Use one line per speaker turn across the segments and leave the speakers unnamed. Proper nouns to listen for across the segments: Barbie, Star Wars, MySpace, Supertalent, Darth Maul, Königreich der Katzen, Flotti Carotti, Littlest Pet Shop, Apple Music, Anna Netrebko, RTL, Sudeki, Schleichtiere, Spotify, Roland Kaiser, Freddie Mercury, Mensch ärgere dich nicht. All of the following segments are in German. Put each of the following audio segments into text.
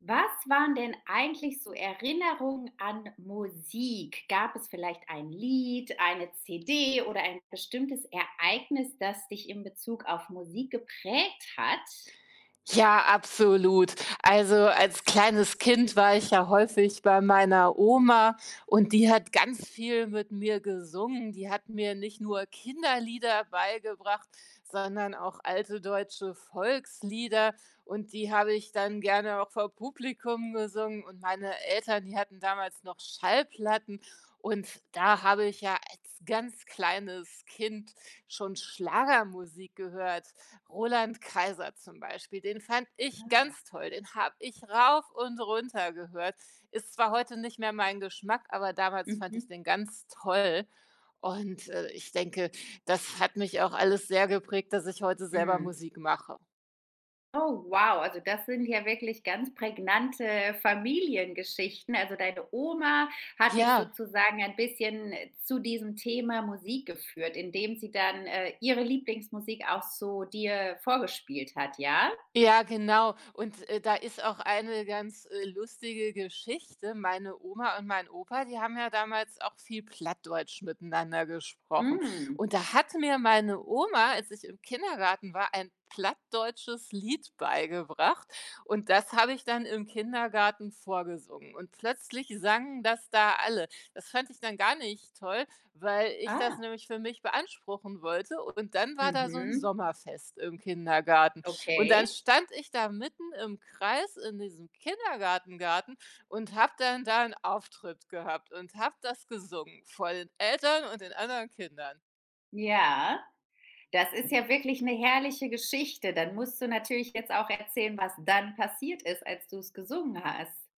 Was waren denn eigentlich so Erinnerungen an Musik? Gab es vielleicht ein Lied, eine CD oder ein bestimmtes Ereignis, das dich in Bezug auf Musik geprägt hat?
Ja, absolut. Also als kleines Kind war ich ja häufig bei meiner Oma und die hat ganz viel mit mir gesungen. Die hat mir nicht nur Kinderlieder beigebracht, sondern auch alte deutsche Volkslieder und die habe ich dann gerne auch vor Publikum gesungen und meine Eltern, die hatten damals noch Schallplatten und da habe ich ja als ganz kleines Kind schon Schlagermusik gehört. Roland Kaiser zum Beispiel, den fand ich ganz
Ah.
toll. Den habe ich rauf und runter gehört. Ist zwar heute nicht mehr mein Geschmack, aber damals fand ich
Mhm.
den ganz toll. Und, ich denke, das hat mich auch alles sehr geprägt, dass ich heute selber
Mhm.
Musik mache.
Oh, wow. Also das sind ja wirklich ganz prägnante Familiengeschichten. Also deine Oma hat dich
Ja.
sozusagen ein bisschen zu diesem Thema Musik geführt, indem sie dann, ihre Lieblingsmusik auch so dir vorgespielt hat, ja?
Ja, genau. Und, da ist auch eine ganz, lustige Geschichte. Meine Oma und mein Opa, die haben ja damals auch viel Plattdeutsch miteinander gesprochen.
Mhm.
Und da hat mir meine Oma, als ich im Kindergarten war, ein plattdeutsches Lied beigebracht und das habe ich dann im Kindergarten vorgesungen und plötzlich sangen das da alle. Das fand ich dann gar nicht toll, weil ich das
Ah,
nämlich für mich beanspruchen wollte und dann war da so ein
mhm,
Sommerfest im Kindergarten und dann
okay.
stand ich da mitten im Kreis in diesem Kindergartengarten und habe dann da einen Auftritt gehabt und habe das gesungen vor den Eltern und den anderen Kindern.
Ja, das ist ja wirklich eine herrliche Geschichte. Dann musst du natürlich jetzt auch erzählen, was dann passiert ist, als du es gesungen hast.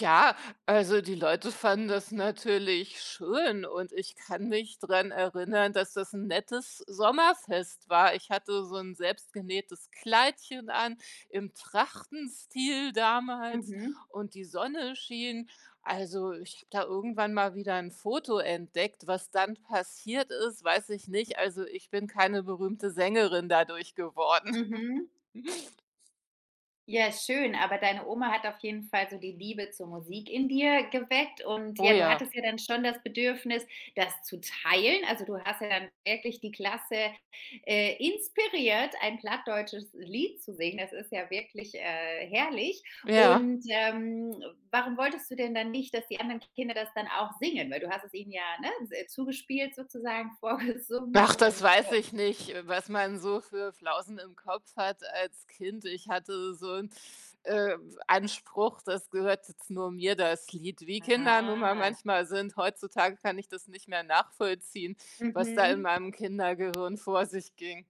Ja, also die Leute fanden das natürlich schön und ich kann mich dran erinnern, dass das ein nettes Sommerfest war. Ich hatte so ein selbstgenähtes Kleidchen an, im Trachtenstil damals
Mhm,
und die Sonne schien. Also, ich habe da irgendwann mal wieder ein Foto entdeckt. Was dann passiert ist, weiß ich nicht. Also, ich bin keine berühmte Sängerin dadurch geworden.
mhm. Ja, schön, aber deine Oma hat auf jeden Fall so die Liebe zur Musik in dir geweckt und
Oh
ja, du
ja,
hattest ja dann schon das Bedürfnis, das zu teilen. Also, du hast ja dann wirklich die Klasse, inspiriert, ein plattdeutsches Lied zu singen. Das ist ja wirklich, herrlich.
ja.
Und, warum wolltest du denn dann nicht, dass die anderen Kinder das dann auch singen? Weil du hast es ihnen ja, ne, zugespielt sozusagen, vorgesungen
Ach,
und
das weiß ich nicht, was man so für Flausen im Kopf hat als Kind. Ich hatte so 'n, äh, Anspruch, das gehört jetzt nur mir, das Lied. Wie Kinder nun mal
Ah,
manchmal sind, heutzutage kann ich das nicht mehr nachvollziehen, was da in
mhm.
meinem Kindergehirn vor sich ging.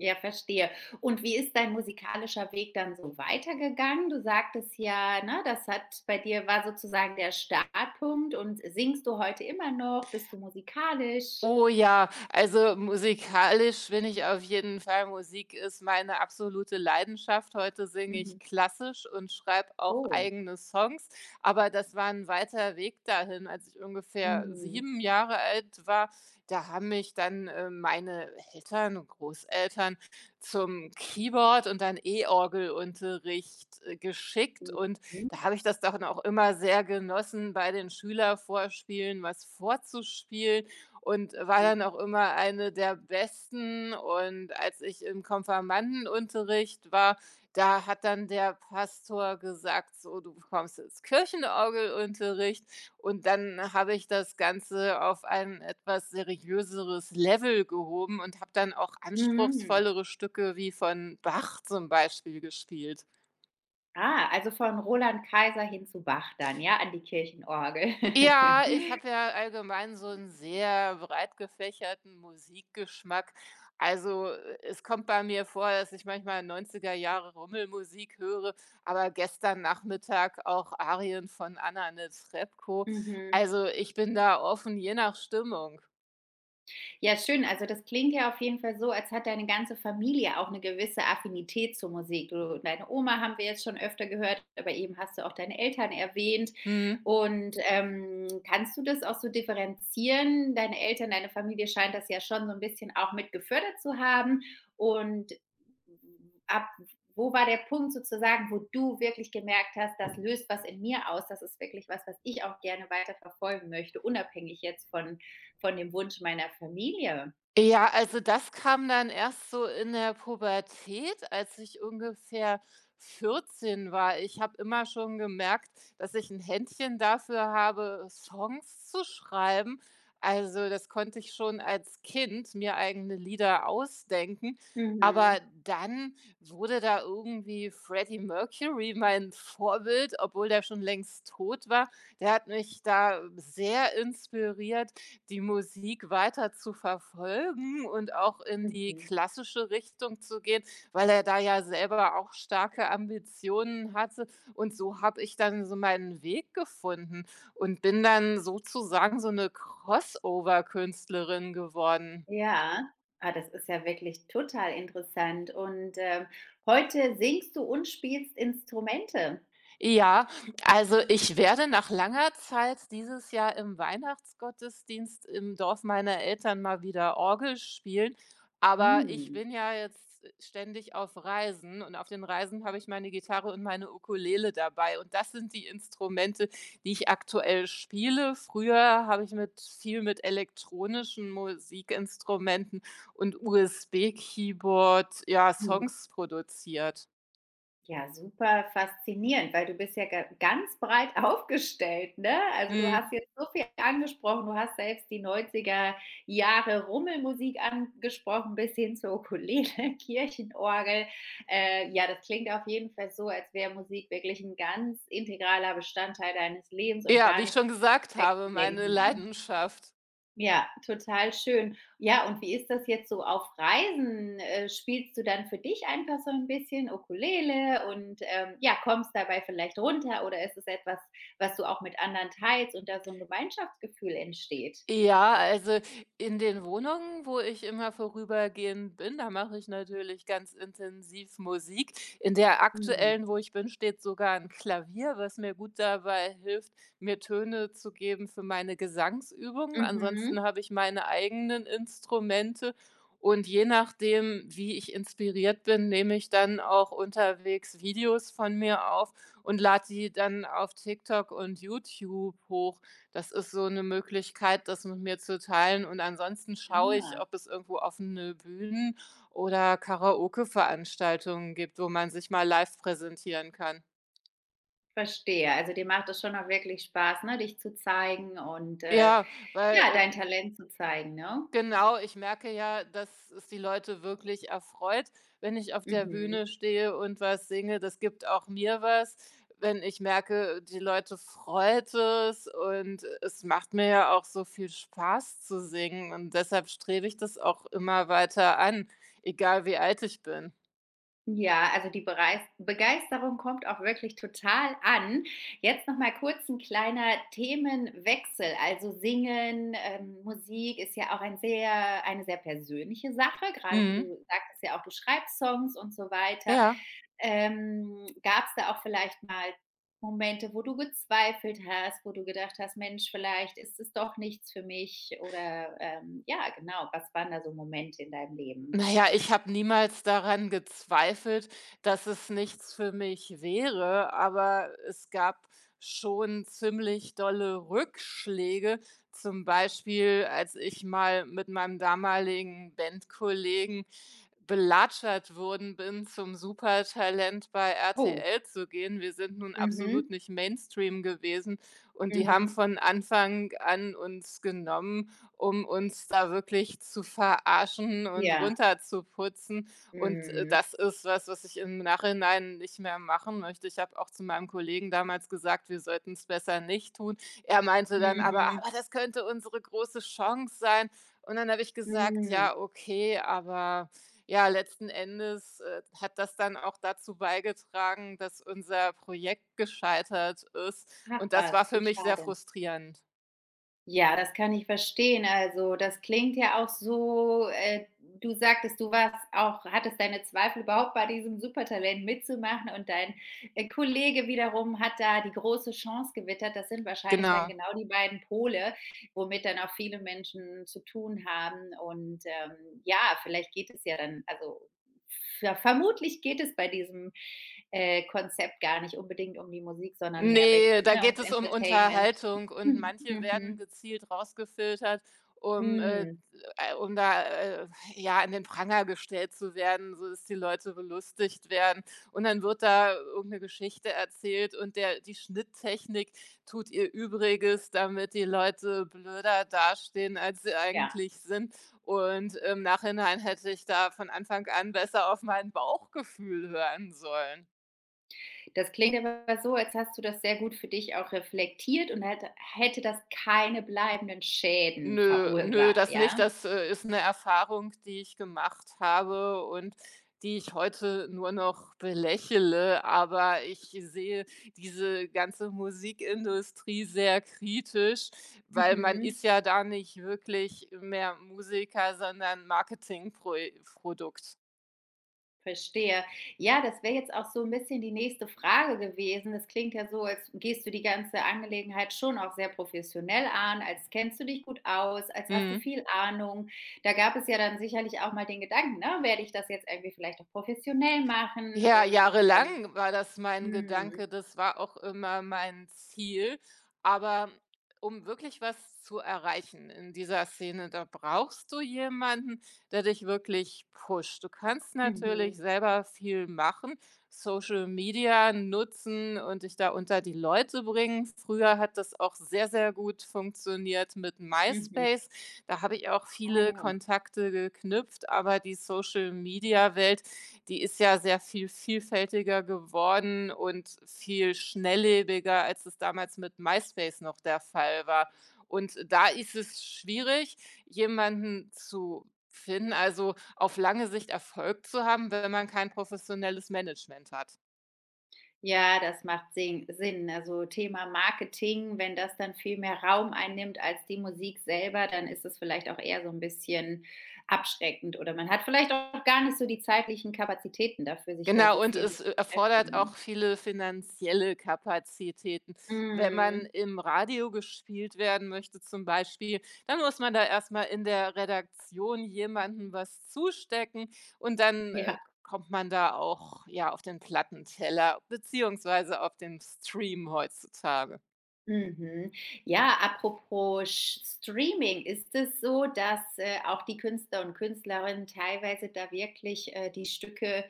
Ja, verstehe. Und wie ist dein musikalischer Weg dann so weitergegangen? Du sagtest ja, ne, das hat bei dir war sozusagen der Startpunkt und singst du heute immer noch? Bist du musikalisch?
Oh ja, also musikalisch finde ich auf jeden Fall Musik ist meine absolute Leidenschaft. Heute singe
Mhm.
ich klassisch und schreibe auch
Oh.
eigene Songs, aber das war ein weiter Weg dahin. Als ich ungefähr
Mhm.
7 Jahre alt war, da haben mich dann, meine Eltern und Großeltern zum Keyboard und dann E-Orgelunterricht, geschickt und
Mhm.
da habe ich das dann auch immer sehr genossen, bei den Schülervorspielen was vorzuspielen und war dann auch immer eine der Besten. Und als ich im Konfirmandenunterricht war, da hat dann der Pastor gesagt, so, du kommst ins Kirchenorgelunterricht. Und dann habe ich das Ganze auf ein etwas seriöseres Level gehoben und habe dann auch
Mhm.
anspruchsvollere Stücke wie von Bach zum Beispiel gespielt.
Ah, also von Roland Kaiser hin zu Bach dann, ja, an die Kirchenorgel.
Ja, ich habe ja allgemein so einen sehr breit gefächerten Musikgeschmack. Also, es kommt bei mir vor, dass ich manchmal 90er Jahre Rummelmusik höre, aber gestern Nachmittag auch Arien von Anna Netrebko.
Mhm.
Also, ich bin da offen, je nach Stimmung.
Ja, schön. Also das klingt ja auf jeden Fall so, als hat deine ganze Familie auch eine gewisse Affinität zur Musik. Du deine Oma haben wir jetzt schon öfter gehört, aber eben hast du auch deine Eltern erwähnt.
Mhm.
Und, kannst du das auch so differenzieren? Deine Eltern, deine Familie scheint das ja schon so ein bisschen auch mit gefördert zu haben. Und ab wo war der Punkt sozusagen, wo du wirklich gemerkt hast: „Das löst was in mir aus. Das ist wirklich was, was ich auch gerne weiter verfolgen möchte, unabhängig jetzt von dem Wunsch meiner Familie.
Ja, also das kam dann erst so in der Pubertät, als ich ungefähr 14 war. Ich habe immer schon gemerkt, dass ich ein Händchen dafür habe, Songs zu schreiben. Also, das konnte ich schon als Kind mir eigene Lieder ausdenken. Aber
Mhm,
dann wurde da irgendwie Freddie Mercury mein Vorbild, obwohl der schon längst tot war. Der hat mich da sehr inspiriert, die Musik weiter zu verfolgen und auch in die
mhm.
klassische Richtung zu gehen, weil er da ja selber auch starke Ambitionen hatte. Und so habe ich dann so meinen Weg gefunden und bin dann sozusagen so eine Crossover-Künstlerin geworden.
Ja. Ah, das ist ja wirklich total interessant. Und, heute singst du und spielst Instrumente.
Ja, also ich werde nach langer Zeit dieses Jahr im Weihnachtsgottesdienst im Dorf meiner Eltern mal wieder Orgel spielen, aber ich
Mhm.
bin ja jetzt ständig auf Reisen und auf den Reisen habe ich meine Gitarre und meine Ukulele dabei und das sind die Instrumente, die ich aktuell spiele. Früher habe ich mit viel mit elektronischen Musikinstrumenten und USB-Keyboard, ja, Songs produziert.
Ja, super faszinierend, weil du bist ja ga ganz breit aufgestellt, ne? Also, du
Mhm.
hast jetzt so viel angesprochen. Du hast selbst die 90er Jahre Rummelmusik angesprochen bis hin zur Ukulele, Kirchenorgel. Ja, das klingt auf jeden Fall so, als wäre Musik wirklich ein ganz integraler Bestandteil deines Lebens und
Ja, wie
gar
ich
nicht
schon gesagt habe, meine
wegzudenken, ne?
Leidenschaft.
Ja, total schön. Ja, und wie ist das jetzt so auf Reisen? Spielst du dann für dich einfach so ein bisschen Ukulele und, ja, kommst dabei vielleicht runter oder ist es etwas, was du auch mit anderen teilst und da so ein Gemeinschaftsgefühl entsteht?
Ja, also in den Wohnungen, wo ich immer vorübergehend bin, da mache ich natürlich ganz intensiv Musik. In der
Mhm.
aktuellen, wo ich bin, steht sogar ein Klavier, was mir gut dabei hilft, mir Töne zu geben für meine Gesangsübungen. Ansonsten
Mhm.
habe ich meine eigenen Instrumente und je nachdem, wie ich inspiriert bin, nehme ich dann auch unterwegs Videos von mir auf und lade die dann auf TikTok und YouTube hoch. Das ist so 'ne Möglichkeit, das mit mir zu teilen und ansonsten schaue ich,
Ah,
ob es irgendwo offene Bühnen oder Karaoke-Veranstaltungen gibt, wo man sich mal live präsentieren kann.
verstehe. Also, dir macht es schon auch wirklich Spaß, ne, dich zu zeigen und,
Ja, weil,
ja,
äh,
dein Talent zu zeigen, ne?
genau, ich merke ja, dass es die Leute wirklich erfreut, wenn ich auf der
Mhm.
Bühne stehe und was singe. Das gibt auch mir was, wenn ich merke, die Leute freut es und es macht mir ja auch so viel Spaß zu singen und deshalb strebe ich das auch immer weiter an, egal wie alt ich bin.
Ja, also die Bereis Begeisterung kommt auch wirklich total an. Jetzt noch mal kurz ein kleiner Themenwechsel. Also Singen, Musik ist ja auch ein sehr eine sehr persönliche Sache. Gerade
Mhm.
du sagtest ja auch, du schreibst Songs und so weiter.
Ja.
Gab es da auch vielleicht mal Momente, wo du gezweifelt hast, wo du gedacht hast: „Mensch, vielleicht ist es doch nichts für mich“ oder, ja, genau. Was waren da so Momente in deinem Leben?
Na ja, ich habe niemals daran gezweifelt, dass es nichts für mich wäre, aber es gab schon ziemlich dolle Rückschläge. Zum Beispiel, als ich mal mit meinem damaligen Bandkollegen belatschert worden bin, zum Supertalent bei
Oh,
RTL zu gehen. Wir sind nun absolut
mhm,
nicht Mainstream gewesen und die haben
mhm.
von Anfang an uns genommen, um uns da wirklich zu verarschen und
Ja.
runterzuputzen. Und,
Mhm.
das ist was, was ich im Nachhinein nicht mehr machen möchte. Ich habe auch zu meinem Kollegen damals gesagt, wir sollten es besser nicht tun. Er meinte dann aber:
Mhm.
„Aber das könnte unsere große Chance sein.“ Und dann habe ich gesagt:
Mhm.
„Ja, okay, aber ja, letzten Endes, hat das dann auch dazu beigetragen, dass unser Projekt gescheitert ist
Ach
und das
was,
war für
wie
mich sehr
schade.
frustrierend.
Ja, das kann ich verstehen. Also, das klingt ja auch so, du sagtest, du warst auch hattest deine Zweifel überhaupt bei diesem Supertalent mitzumachen und dein, Kollege wiederum hat da die große Chance gewittert. Das sind wahrscheinlich dann
Genau.
genau die beiden Pole, womit dann auch viele Menschen zu tun haben und, ja, vielleicht geht es ja dann also, ja, vermutlich geht es bei diesem, Konzept gar nicht unbedingt um die Musik, sondern mehr
Nee,
wirklich,
da
ne,
geht
ums
es um
Entertainment.
Unterhaltung und manche werden
Mhm.
gezielt rausgefiltert, um, äh,
Mhm.
äh, um da, ja, an den Pranger gestellt zu werden, so dass die Leute belustigt werden. Und dann wird da irgendeine Geschichte erzählt und der die Schnitttechnik tut ihr Übriges, damit die Leute blöder dastehen, als sie
Ja,
eigentlich sind. Und im Nachhinein hätte ich da von Anfang an besser auf mein Bauchgefühl hören sollen.
das klingt aber so, als hast du das sehr gut für dich auch reflektiert und hätte das keine bleibenden Schäden
Nö, nö,
verursacht,
das nicht.
ja?
Das, ist eine Erfahrung, die ich gemacht habe und die ich heute nur noch belächele. Aber ich sehe diese ganze Musikindustrie sehr kritisch, weil man
Mhm,
ist ja da nicht wirklich mehr Musiker, sondern Marketingprodukt.
verstehe. Ja, das wäre jetzt auch so ein bisschen die nächste Frage gewesen. Das klingt ja so, als gehst du die ganze Angelegenheit schon auch sehr professionell an, als kennst du dich gut aus, als hast du
Mhm.
viel Ahnung. Da gab es ja dann sicherlich auch mal den Gedanken, ne: „Werde ich das jetzt irgendwie vielleicht auch professionell machen?“
Ja,
Und, ähm,
jahrelang war das mein
mhm,
Gedanke, das war auch immer mein Ziel. Aber um wirklich was zu erreichen in dieser Szene, da brauchst du jemanden, der dich wirklich pusht. Du kannst natürlich
mhm,
selber viel machen, Social Media nutzen und dich da unter die Leute bringen. Früher hat das auch sehr, sehr gut funktioniert mit
mhm.
MySpace. Da habe ich auch
Ah
viele
ja.
Kontakte geknüpft, aber die Social Media Welt die ist ja sehr viel vielfältiger geworden und viel schnelllebiger, als es damals mit MySpace noch der Fall war. Und da ist es schwierig, jemanden zu finden, also auf lange Sicht Erfolg zu haben, wenn man kein professionelles Management hat.
Ja, das macht Sinn. Also, Thema Marketing, wenn das dann viel mehr Raum einnimmt als die Musik selber, dann ist es vielleicht auch eher so ein bisschen abschreckend oder man hat vielleicht auch gar nicht so die zeitlichen Kapazitäten dafür, sich da
Genau,
so
und
viel
es,
mit zu
erfordert
beschäftigen,
auch
ne?
viele finanzielle Kapazitäten. Wenn man
Mhm.
im Radio gespielt werden möchte zum Beispiel, dann muss man da erst mal in der Redaktion jemandem was zustecken und dann,
Ja.
kommt man da auch, ja, auf den Plattenteller beziehungsweise auf den Stream heutzutage.
Mhm. Ja, apropos Sch Streaming, ist es so, dass, auch die Künstler und Künstlerinnen teilweise da wirklich, die Stücke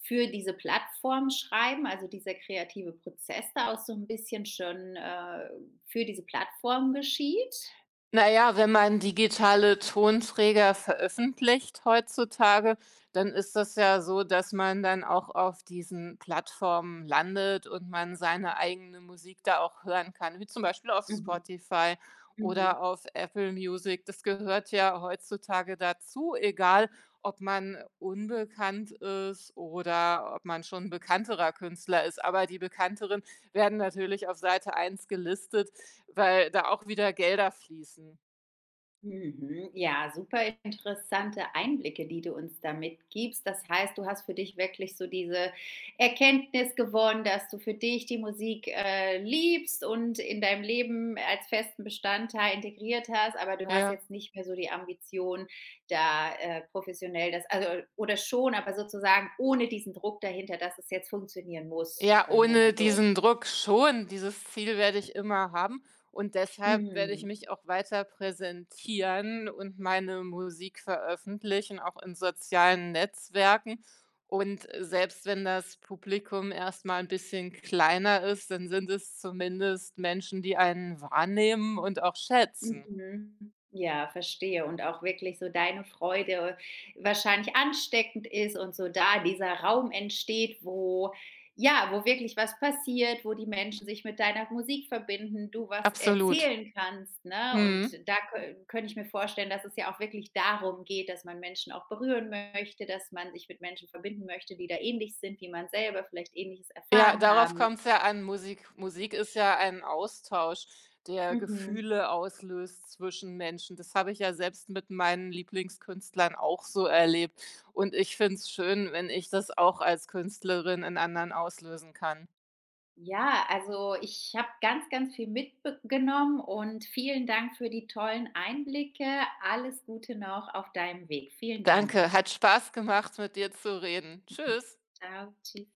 für diese Plattform schreiben, also dieser kreative Prozess da auch so ein bisschen schon, für diese Plattform geschieht?
Na ja, wenn man digitale Tonträger veröffentlicht heutzutage, dann ist das ja so, dass man dann auch auf diesen Plattformen landet und man seine eigene Musik da auch hören kann, wie zum Beispiel auf
Mhm,
Spotify
mhm.
oder auf Apple Music. Das gehört ja heutzutage dazu, egal ob man unbekannt ist oder ob man schon bekannterer Künstler ist. Aber die bekannteren werden natürlich auf Seite eins gelistet, weil da auch wieder Gelder fließen.
Mhm. Ja, super interessante Einblicke, die du uns da mitgibst. Das heißt, du hast für dich wirklich so diese Erkenntnis gewonnen, dass du für dich die Musik liebst und in deinem Leben als festen Bestandteil integriert hast, aber du hast
Ja.
jetzt nicht mehr so die Ambition, da professionell das, also oder schon, aber sozusagen ohne diesen Druck dahinter, dass es jetzt funktionieren muss,
Ja,
sagen wir
ohne
mal so.
diesen Druck schon. Dieses Ziel werde ich immer haben. Und deshalb werde ich
Mhm.
mich auch weiter präsentieren und meine Musik veröffentlichen, auch in sozialen Netzwerken. Und selbst wenn das Publikum erst mal 'n bisschen kleiner ist, dann sind es zumindest Menschen, die einen wahrnehmen und auch schätzen.
Mhm. Ja, verstehe. Und auch wirklich so deine Freude wahrscheinlich ansteckend ist und so da dieser Raum entsteht, wo ja, wo wirklich was passiert, wo die Menschen sich mit deiner Musik verbinden, du was
Absolut.
erzählen kannst, ne? Und
Mhm.
da kö könnte ich mir vorstellen, dass es ja auch wirklich darum geht, dass man Menschen auch berühren möchte, dass man sich mit Menschen verbinden möchte, die da ähnlich sind, wie man selber vielleicht Ähnliches
Ja,
erfahren
darauf
haben.
kommt es ja an. Musik Musik ist ja ein Austausch, der
Mhm.
Gefühle auslöst zwischen Menschen. Das habe ich ja selbst mit meinen Lieblingskünstlern auch so erlebt und ich finde es schön, wenn ich das auch als Künstlerin in anderen auslösen kann.
Ja, also ich habe ganz, ganz viel mitgenommen und vielen Dank für die tollen Einblicke. Alles Gute noch auf deinem Weg. Vielen Dank.
Danke, hat Spaß gemacht, mit dir zu reden. Tschüss.
Ciao, tschüss.